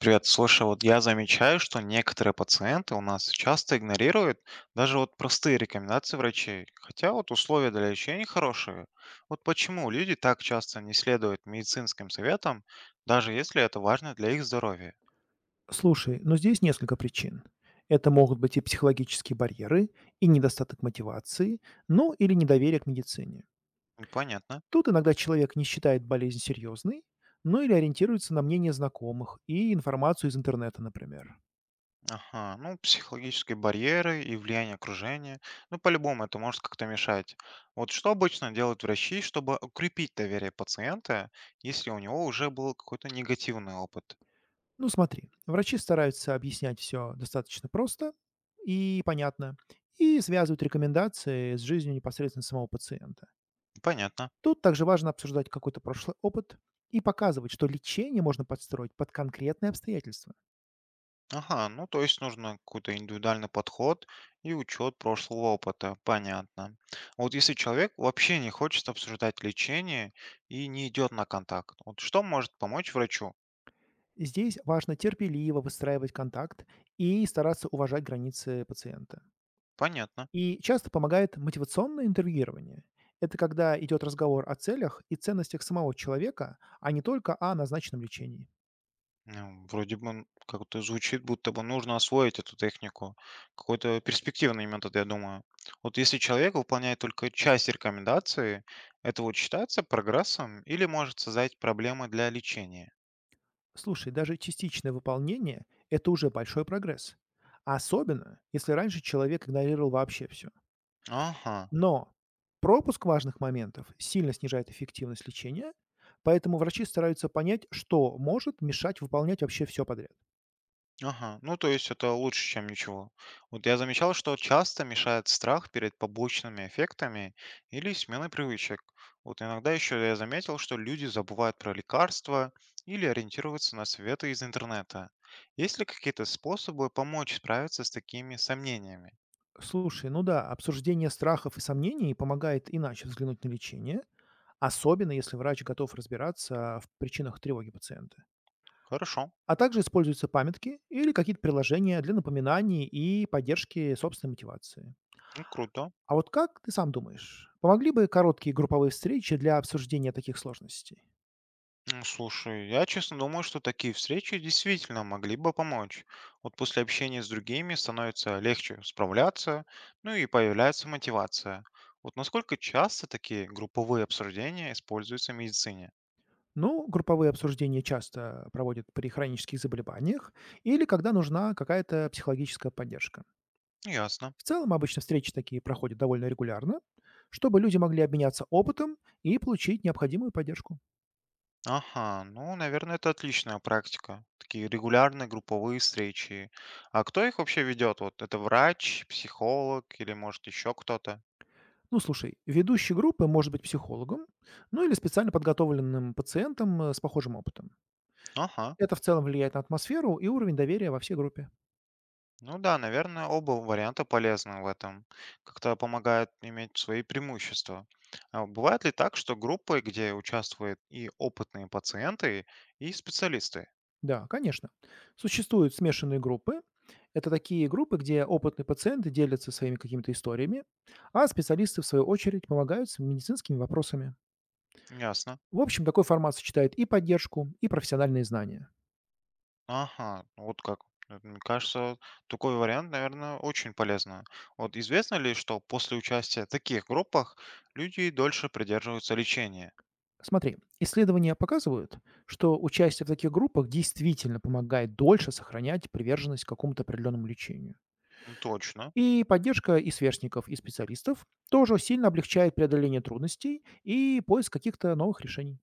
Привет. Слушай, вот я замечаю, что некоторые пациенты у нас часто игнорируют даже вот простые рекомендации врачей, хотя вот условия для лечения хорошие. Вот почему люди так часто не следуют медицинским советам, даже если это важно для их здоровья? Слушай, но здесь несколько причин. Это могут быть и психологические барьеры, и недостаток мотивации, ну или недоверие к медицине. Ну, понятно. Тут иногда человек не считает болезнь серьезной, ну или ориентируется на мнение знакомых и информацию из интернета, например. Ага, ну, психологические барьеры и влияние окружения. Ну, по-любому это может как-то мешать. Вот что обычно делают врачи, чтобы укрепить доверие пациента, если у него уже был какой-то негативный опыт? Ну смотри, врачи стараются объяснять все достаточно просто и понятно, и связывают рекомендации с жизнью непосредственно самого пациента. Понятно. Тут также важно обсуждать какой-то прошлый опыт и показывать, что лечение можно подстроить под конкретные обстоятельства. Ага, ну то есть нужно какой-то индивидуальный подход и учет прошлого опыта, понятно. А вот если человек вообще не хочет обсуждать лечение и не идет на контакт, вот что может помочь врачу? Здесь важно терпеливо выстраивать контакт и стараться уважать границы пациента. Понятно. И часто помогает мотивационное интервьюирование. Это когда идет разговор о целях и ценностях самого человека, а не только о назначенном лечении. Ну, вроде бы как-то звучит, будто бы нужно освоить эту технику. Какой-то перспективный метод, я думаю. Вот если человек выполняет только часть рекомендации, это вот считается прогрессом или может создать проблемы для лечения? Слушай, даже частичное выполнение– это уже большой прогресс. Особенно, если раньше человек игнорировал вообще все. Ага. Но пропуск важных моментов сильно снижает эффективность лечения, поэтому врачи стараются понять, что может мешать выполнять вообще все подряд. Ага, ну то есть это лучше, чем ничего. Вот я замечал, что часто мешает страх перед побочными эффектами или сменой привычек. Вот иногда еще я заметил, что люди забывают про лекарства или ориентируются на советы из интернета. Есть ли какие-то способы помочь справиться с такими сомнениями? Слушай, ну да, обсуждение страхов и сомнений помогает иначе взглянуть на лечение, особенно если врач готов разбираться в причинах тревоги пациента. Хорошо, А также используются памятки или какие-то приложения для напоминаний и поддержки собственной мотивации. ну круто. А вот как ты сам думаешь, помогли бы короткие групповые встречи для обсуждения таких сложностей? Ну, слушай, я честно думаю, что такие встречи действительно могли бы помочь. Вот после общения с другими становится легче справляться, ну и появляется мотивация. Вот насколько часто такие групповые обсуждения используются в медицине? Ну, групповые обсуждения часто проводят при хронических заболеваниях или когда нужна какая-то психологическая поддержка. Ясно. В целом, обычно встречи такие проходят довольно регулярно, чтобы люди могли обменяться опытом и получить необходимую поддержку. Ага, ну, наверное, это отличная практика. Такие регулярные групповые встречи. А кто их вообще ведет? Вот это врач, психолог или может еще кто-то? Ну, слушай, ведущий группы может быть психологом, ну или специально подготовленным пациентом с похожим опытом. Ага. Это в целом влияет на атмосферу и уровень доверия во всей группе. Ну да, наверное, оба варианта полезны в этом. Как-то помогают иметь свои преимущества. А бывает ли так, что группы, где участвуют и опытные пациенты, и специалисты? Да, конечно. Существуют смешанные группы. Это такие группы, где опытные пациенты делятся своими какими-то историями, а специалисты, в свою очередь, помогают с медицинскими вопросами. Ясно. В общем, такой формат сочетает и поддержку, и профессиональные знания. Ага, ну вот как. Мне кажется, такой вариант, наверное, очень полезно. Вот известно ли, что после участия в таких группах люди дольше придерживаются лечения? Смотри, исследования показывают, что участие в таких группах действительно помогает дольше сохранять приверженность к какому-то определенному лечению. Ну, точно. И поддержка и сверстников, и специалистов тоже сильно облегчает преодоление трудностей и поиск каких-то новых решений.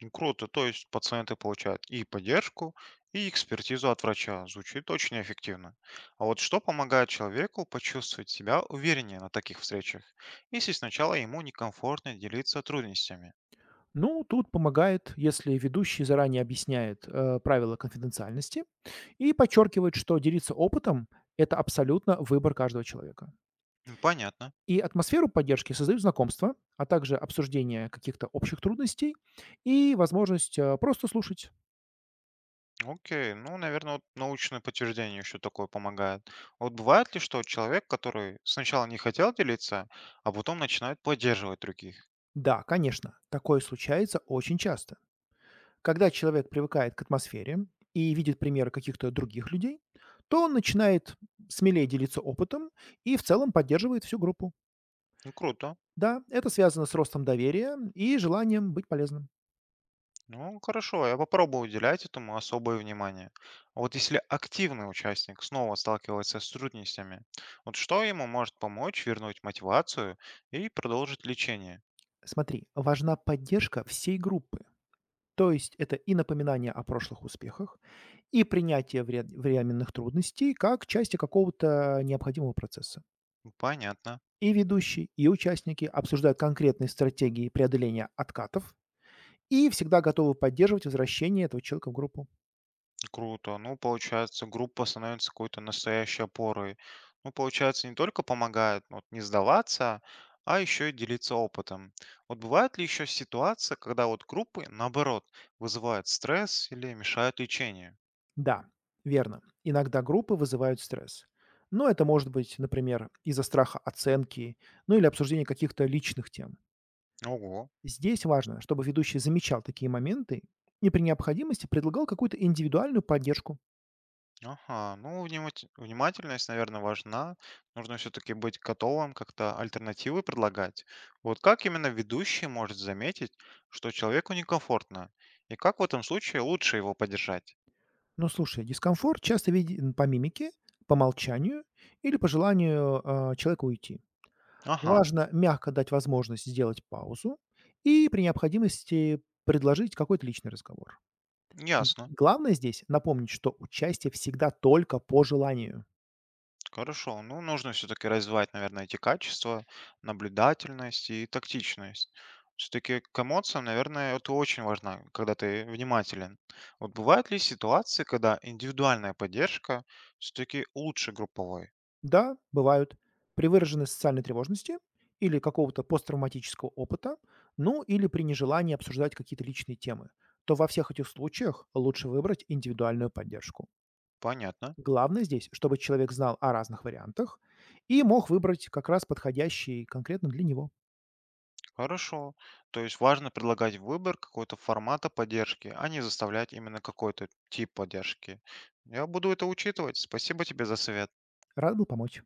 Ну, круто, то есть пациенты получают и поддержку, и экспертизу от врача. Звучит очень эффективно. А вот что помогает человеку почувствовать себя увереннее на таких встречах, если сначала ему некомфортно делиться трудностями? Ну, тут помогает, если ведущий заранее объясняет правила конфиденциальности и подчеркивает, что делиться опытом– это абсолютно выбор каждого человека. Понятно. И атмосферу поддержки создают знакомства, а также обсуждение каких-то общих трудностей и возможность просто слушать. Окей, ну, наверное, вот научное подтверждение еще такое помогает. А вот бывает ли, что человек, который сначала не хотел делиться, а потом начинает поддерживать других? Да, конечно, такое случается очень часто. Когда человек привыкает к атмосфере и видит примеры каких-то других людей, то он начинает смелее делиться опытом и в целом поддерживает всю группу. Ну, круто. Да, это связано с ростом доверия и желанием быть полезным. Ну, хорошо, я попробую уделять этому особое внимание. А вот если активный участник снова сталкивается с трудностями, вот что ему может помочь вернуть мотивацию и продолжить лечение? Смотри, важна поддержка всей группы, то есть это и напоминание о прошлых успехах, и принятие временных трудностей как части какого-то необходимого процесса. Ну, понятно, И ведущий, и участники обсуждают конкретные стратегии преодоления откатов и всегда готовы поддерживать возвращение этого человека в группу. круто. Ну, получается, группа становится какой-то настоящей опорой. Ну, получается, не только помогает ну, вот, не сдаваться, а еще и делиться опытом. Вот бывает ли еще ситуация, когда вот группы, наоборот, вызывают стресс или мешают лечению? Да, верно, иногда группы вызывают стресс. Но это может быть, например, из-за страха оценки, ну или обсуждения каких-то личных тем. Ого. Здесь важно, чтобы ведущий замечал такие моменты и при необходимости предлагал какую-то индивидуальную поддержку. Ага, ну, внимательность, наверное, важна. Нужно все-таки быть готовым как-то альтернативы предлагать. Вот как именно ведущий может заметить, что человеку некомфортно? И как в этом случае лучше его поддержать? Ну, слушай, дискомфорт часто виден по мимике, по молчанию или по желанию человека уйти. Ага, Важно мягко дать возможность сделать паузу и при необходимости предложить какой-то личный разговор. Г- ясно. Главное здесь напомнить, что участие всегда только по желанию. Хорошо. Ну, нужно все-таки развивать, наверное, эти качества, наблюдательность и тактичность. Все-таки к эмоциям, наверное, это очень важно, когда ты внимателен. Вот бывают ли ситуации, когда индивидуальная поддержка все-таки лучше групповой? Да, бывают при выраженной социальной тревожности или какого-то посттравматического опыта, ну или при нежелании обсуждать какие-то личные темы, то во всех этих случаях лучше выбрать индивидуальную поддержку. Понятно. Главное здесь, чтобы человек знал о разных вариантах и мог выбрать как раз подходящий конкретно для него. Хорошо. То есть важно предлагать выбор какого-то формата поддержки, а не заставлять именно какой-то тип поддержки. Я буду это учитывать. Спасибо тебе за совет. Рад был помочь.